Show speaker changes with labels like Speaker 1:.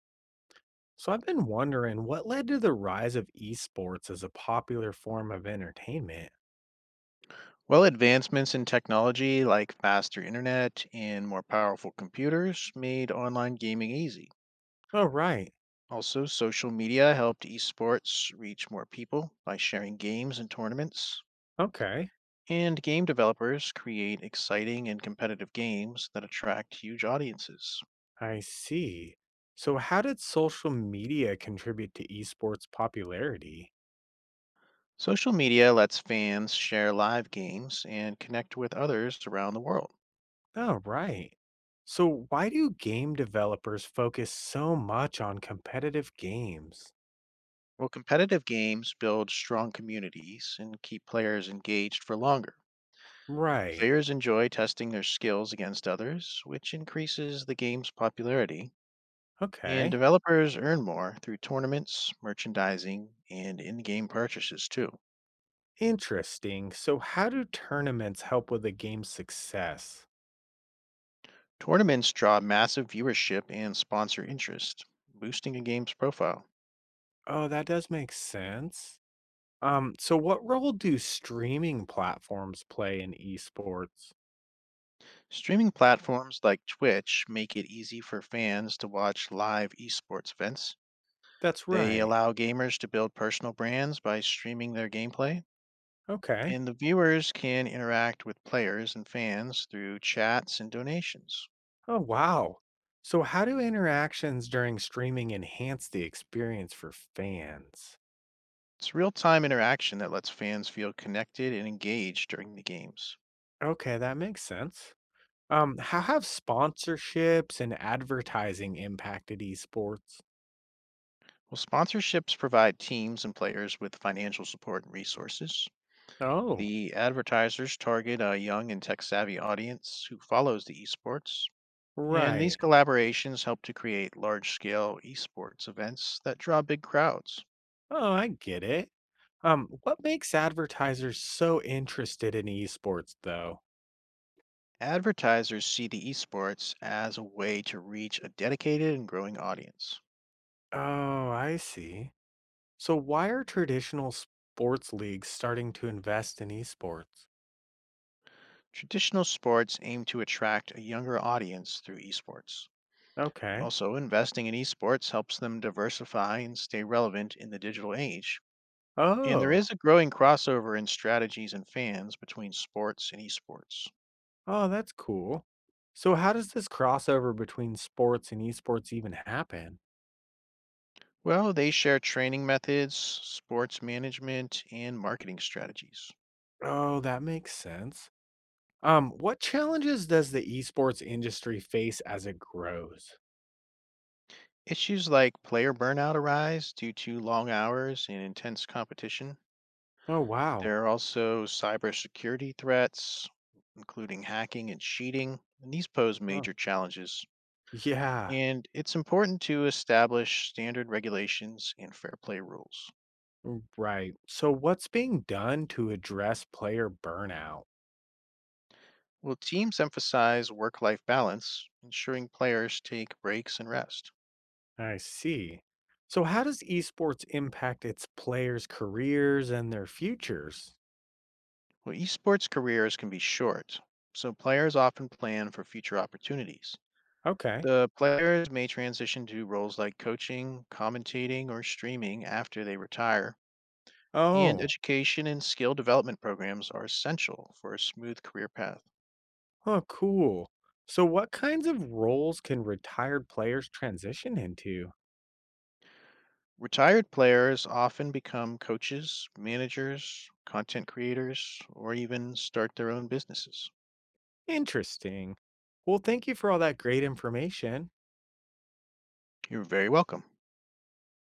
Speaker 1: So I've been wondering what led to the rise of esports as a popular form of entertainment.
Speaker 2: Well, advancements in technology like faster internet and more powerful computers made online gaming easy.
Speaker 1: Oh, right.
Speaker 2: Also, social media helped esports reach more people by sharing games and tournaments.
Speaker 1: Okay.
Speaker 2: And game developers create exciting and competitive games that attract huge audiences.
Speaker 1: I see. So how did social media contribute to esports popularity?
Speaker 2: Social media lets fans share live games and connect with others around the world.
Speaker 1: Oh, right. So why do game developers focus so much on competitive games?
Speaker 2: Well, competitive games build strong communities and keep players engaged for longer.
Speaker 1: Right.
Speaker 2: Players enjoy testing their skills against others, which increases the game's popularity, and
Speaker 1: Okay.
Speaker 2: developers earn more through tournaments, merchandising, and in game purchases, too.
Speaker 1: Interesting. So how do tournaments help with a game's success?
Speaker 2: Tournaments draw massive viewership and sponsor interest, boosting a game's profile.
Speaker 1: Oh, that does make sense. So what role do streaming platforms play in esports?
Speaker 2: Streaming platforms like Twitch make it easy for fans to watch live esports events.
Speaker 1: That's
Speaker 2: They
Speaker 1: right.
Speaker 2: allow gamers to build personal brands by streaming their gameplay.
Speaker 1: Okay.
Speaker 2: And the viewers can interact with players and fans through chats and donations.
Speaker 1: Oh, wow. So how do interactions during streaming enhance the experience for fans?
Speaker 2: It's real time interaction that lets fans feel connected and engaged during the games.
Speaker 1: Okay, that makes sense. How have sponsorships and advertising impacted esports?
Speaker 2: Well, sponsorships provide teams and players with financial support and resources.
Speaker 1: Oh,
Speaker 2: The advertisers target a young and tech savvy audience who follows the esports. And these
Speaker 1: right.
Speaker 2: collaborations help to create large scale esports events that draw big crowds.
Speaker 1: Oh, I get it. What makes advertisers so interested in esports though?
Speaker 2: Advertisers see the esports as a way to reach a dedicated and growing audience.
Speaker 1: Oh, I see. So, why are traditional sports leagues starting to invest in esports?
Speaker 2: Traditional sports aim to attract a younger audience through esports. And
Speaker 1: Okay.
Speaker 2: also, investing in esports helps them diversify and stay relevant in the digital age. And there
Speaker 1: Oh,
Speaker 2: is a growing crossover in strategies and fans between sports and esports.
Speaker 1: oh, that's cool. So, how does this crossover between sports and esports even happen?
Speaker 2: Well, they share training methods, sports management, and marketing strategies.
Speaker 1: Oh, that makes sense. What challenges does the esports industry face as it grows?
Speaker 2: Issues like player burnout arise due to long hours and intense competition.
Speaker 1: Oh, wow.
Speaker 2: There are also cybersecurity threats, including hacking and cheating, and these pose
Speaker 1: Oh,
Speaker 2: major challenges.
Speaker 1: yeah,
Speaker 2: And it's important to establish standard regulations and fair play rules.
Speaker 1: right. So, what's being done to address player burnout?
Speaker 2: Will teams emphasize work life balance, ensuring players take breaks and rest?
Speaker 1: I see. So, how does esports impact its players' careers and their futures?
Speaker 2: Well, esports careers can be short, so players often plan for future opportunities.
Speaker 1: Okay.
Speaker 2: The players may transition to roles like coaching, commentating, or streaming after they retire, and
Speaker 1: Oh,
Speaker 2: education and skill development programs are essential for a smooth career path.
Speaker 1: oh, cool. So, what kinds of roles can retired players transition into?
Speaker 2: Retired players often become coaches, managers, content creators, or even start their own businesses.
Speaker 1: Interesting. Well, thank you for all that great information.
Speaker 2: You're very welcome.